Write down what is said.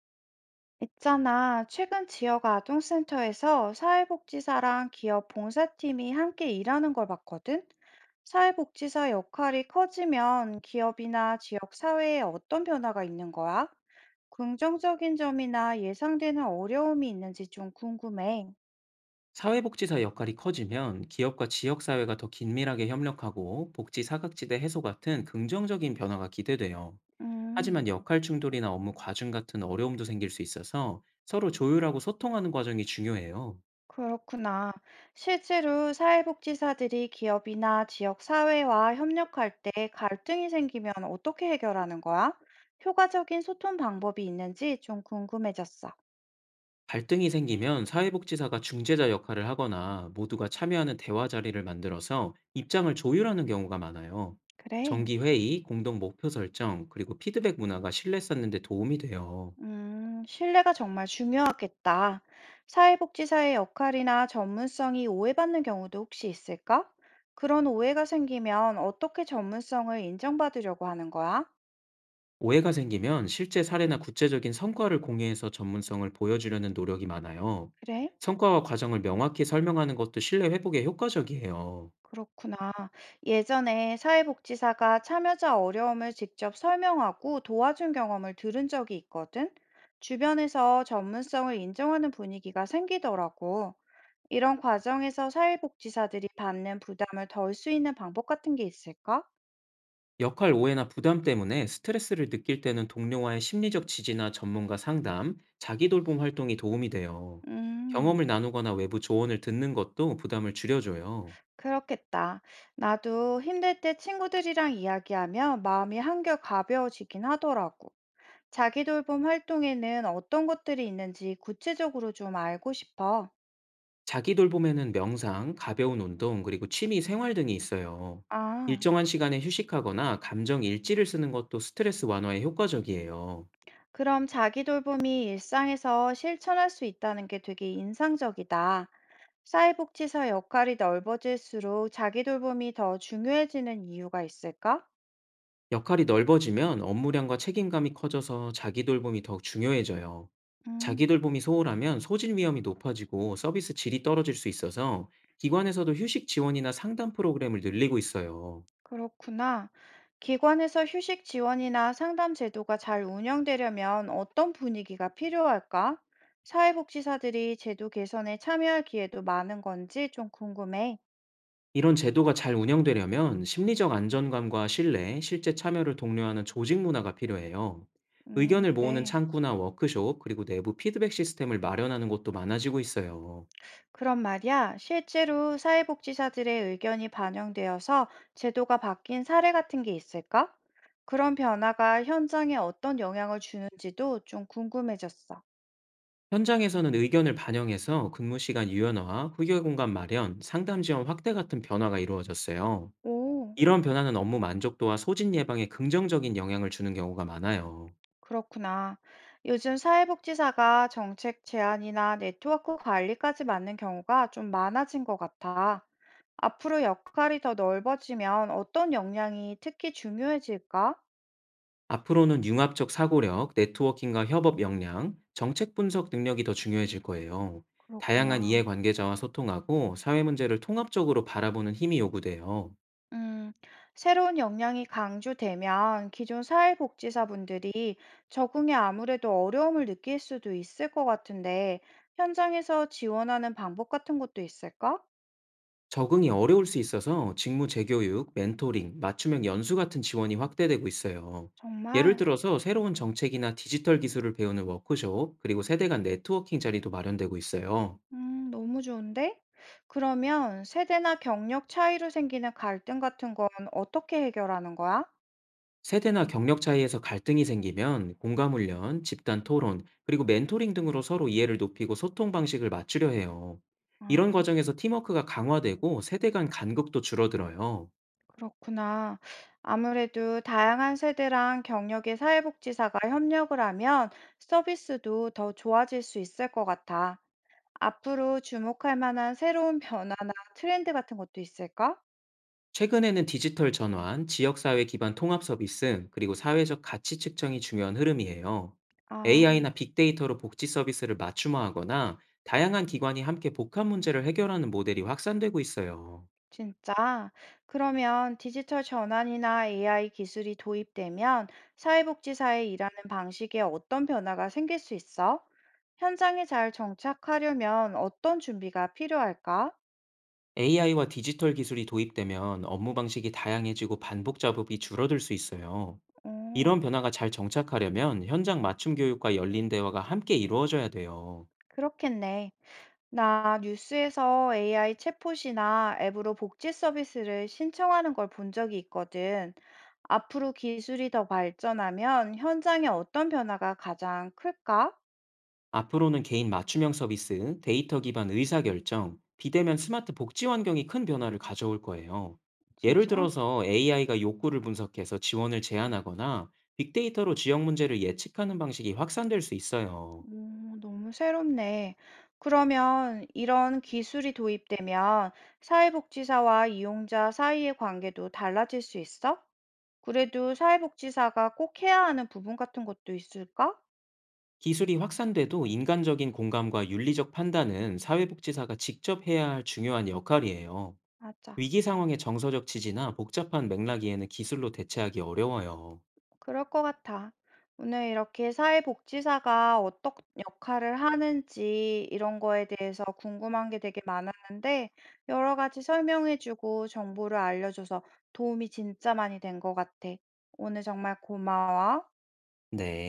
있잖아, 최근 지역 아동센터에서 사회복지사랑 기업 봉사팀이 함께 일하는 걸 봤거든? 사회복지사 역할이 커지면 기업이나 지역 사회에 어떤 변화가 있는 거야? 긍정적인 점이나 예상되는 어려움이 있는지 좀 궁금해. 사회복지사 역할이 커지면 기업과 지역사회가 더 긴밀하게 협력하고 복지 사각지대 해소 같은 긍정적인 변화가 기대돼요. 하지만 음. 역할 충돌이나 업무 과중 같은 어려움도 생길 수 있어서 서로 조율하고 소통하는 과정이 중요해요. 그렇구나. 실제로 사회복지사들이 기업이나 지역 사회와 협력할 때 갈등이 생기면 어떻게 해결하는 거야? 효과적인 소통 방법이 있는지 좀 궁금해졌어. 갈등이 생기면 사회복지사가 중재자 역할을 하거나 모두가 참여하는 대화 자리를 만들어서 입장을 조율하는 경우가 많아요. 그래. 정기회의, 공동 목표 설정, 그리고 피드백 문화가 신뢰 쌓는 데 도움이 돼요. 신뢰가 정말 중요하겠다. 사회복지사의 역할이나 전문성이 오해받는 경우도 혹시 있을까? 그런 오해가 생기면 어떻게 전문성을 인정받으려고 하는 거야? 오해가 생기면 실제 사례나 구체적인 성과를 공유해서 전문성을 보여주려는 노력이 많아요. 그래? 성과와 과정을 명확히 설명하는 것도 신뢰 회복에 효과적이에요. 그렇구나. 예전에 사회복지사가 참여자 어려움을 직접 설명하고 도와준 경험을 들은 적이 있거든. 주변에서 전문성을 인정하는 분위기가 생기더라고. 이런 과정에서 사회복지사들이 받는 부담을 덜 수 있는 방법 같은 게 있을까? 역할 오해나 부담 때문에 스트레스를 느낄 때는 동료와의 심리적 지지나 전문가 상담, 자기돌봄 활동이 도움이 돼요. 음, 경험을 나누거나 외부 조언을 듣는 것도 부담을 줄여줘요. 그렇겠다. 나도 힘들 때 친구들이랑 이야기하면 마음이 한결 가벼워지긴 하더라고. 자기 돌봄 활동에는 어떤 것들이 있는지 구체적으로 좀 알고 싶어. 자기 돌봄에는 명상, 가벼운 운동, 그리고 취미 생활 등이 있어요. 아, 일정한 시간에 휴식하거나 감정 일지를 쓰는 것도 스트레스 완화에 효과적이에요. 그럼 자기 돌봄이 일상에서 실천할 수 있다는 게 되게 인상적이다. 사회복지사 역할이 넓어질수록 자기 돌봄이 더 중요해지는 이유가 있을까? 역할이 넓어지면 업무량과 책임감이 커져서 자기 돌봄이 더 중요해져요. 자기 음, 돌봄이 소홀하면 소진 위험이 높아지고 서비스 질이 떨어질 수 있어서 기관에서도 휴식 지원이나 상담 프로그램을 늘리고 있어요. 그렇구나. 기관에서 휴식 지원이나 상담 제도가 잘 운영되려면 어떤 분위기가 필요할까? 사회복지사들이 제도 개선에 참여할 기회도 많은 건지 좀 궁금해. 이런 제도가 잘 운영되려면 심리적 안정감과 신뢰, 실제 참여를 독려하는 조직 문화가 필요해요. 의견을 모으는 그래. 창구나 워크숍, 그리고 내부 피드백 시스템을 마련하는 곳도 많아지고 있어요. 그런 말이야, 실제로 사회복지사들의 의견이 반영되어서 제도가 바뀐 사례 같은 게 있을까? 그런 변화가 현장에 어떤 영향을 주는지도 좀 궁금해졌어. 현장에서는 의견을 반영해서 근무 시간 유연화, 후기 공간 마련, 상담 지원 확대 같은 변화가 이루어졌어요. 오, 이런 변화는 업무 만족도와 소진 예방에 긍정적인 영향을 주는 경우가 많아요. 그렇구나. 요즘 사회복지사가 정책 제안이나 네트워크 관리까지 맡는 경우가 좀 많아진 것 같아. 앞으로 역할이 더 넓어지면 어떤 역량이 특히 중요해질까? 앞으로는 융합적 사고력, 네트워킹과 협업 역량, 정책 분석 능력이 더 중요해질 거예요. 다양한 그렇구나. 이해관계자와 소통하고 사회 문제를 통합적으로 바라보는 힘이 요구돼요. 음, 새로운 역량이 강조되면 기존 사회복지사분들이 적응에 아무래도 어려움을 느낄 수도 있을 것 같은데, 현장에서 지원하는 방법 같은 것도 있을까? 적응이 어려울 수 있어서 직무 재교육, 멘토링, 맞춤형 연수 같은 지원이 확대되고 있어요. 예를 정말, 들어서 새로운 정책이나 디지털 기술을 배우는 워크숍, 그리고 세대 간 네트워킹 자리도 마련되고 있어요. 너무 좋은데? 그러면 세대나 경력 차이로 생기는 갈등 같은 건 어떻게 해결하는 거야? 세대나 경력 차이에서 갈등이 생기면 공감 훈련, 집단 토론, 그리고 멘토링 등으로 서로 이해를 높이고 소통 방식을 맞추려 해요. 이런 아, 과정에서 팀워크가 강화되고 세대 간 간극도 줄어들어요. 그렇구나. 아무래도 다양한 세대랑 경력의 사회복지사가 협력을 하면 서비스도 더 좋아질 수 있을 것 같아. 앞으로 주목할 만한 새로운 변화나 트렌드 같은 것도 있을까? 최근에는 디지털 전환, 지역사회 기반 통합 서비스, 그리고 사회적 가치 측정이 중요한 흐름이에요. 아, AI나 빅데이터로 복지 서비스를 맞춤화하거나 다양한 기관이 함께 복합 문제를 해결하는 모델이 확산되고 있어요. 진짜? 그러면 디지털 전환이나 AI 기술이 도입되면 사회복지사에 일하는 방식에 어떤 변화가 생길 수 있어? 현장에 잘 정착하려면 어떤 준비가 필요할까? AI와 디지털 기술이 도입되면 업무 방식이 다양해지고 반복 작업이 줄어들 수 있어요. 이런 음, 변화가 잘 정착하려면 현장 맞춤 교육과 열린 대화가 함께 이루어져야 돼요. 그렇겠네. 나 뉴스에서 AI 챗봇이나 앱으로 복지 서비스를 신청하는 걸 본 적이 있거든. 앞으로 기술이 더 발전하면 현장에 어떤 변화가 가장 클까? 앞으로는 개인 맞춤형 서비스, 데이터 기반 의사결정, 비대면 스마트 복지 환경이 큰 변화를 가져올 거예요. 예를 진짜? 들어서 AI가 욕구를 분석해서 지원을 제안하거나 빅데이터로 지역 문제를 예측하는 방식이 확산될 수 있어요. 오, 너무 새롭네. 그러면 이런 기술이 도입되면 사회복지사와 이용자 사이의 관계도 달라질 수 있어? 그래도 사회복지사가 꼭 해야 하는 부분 같은 것도 있을까? 기술이 확산돼도 인간적인 공감과 윤리적 판단은 사회복지사가 직접 해야 할 중요한 역할이에요. 맞아. 위기 상황의 정서적 지지나 복잡한 맥락이에는 기술로 대체하기 어려워요. 그럴 것 같아. 오늘 이렇게 사회복지사가 어떤 역할을 하는지 이런 거에 대해서 궁금한 게 되게 많았는데, 여러 가지 설명해주고 정보를 알려줘서 도움이 진짜 많이 된 것 같아. 오늘 정말 고마워. 네.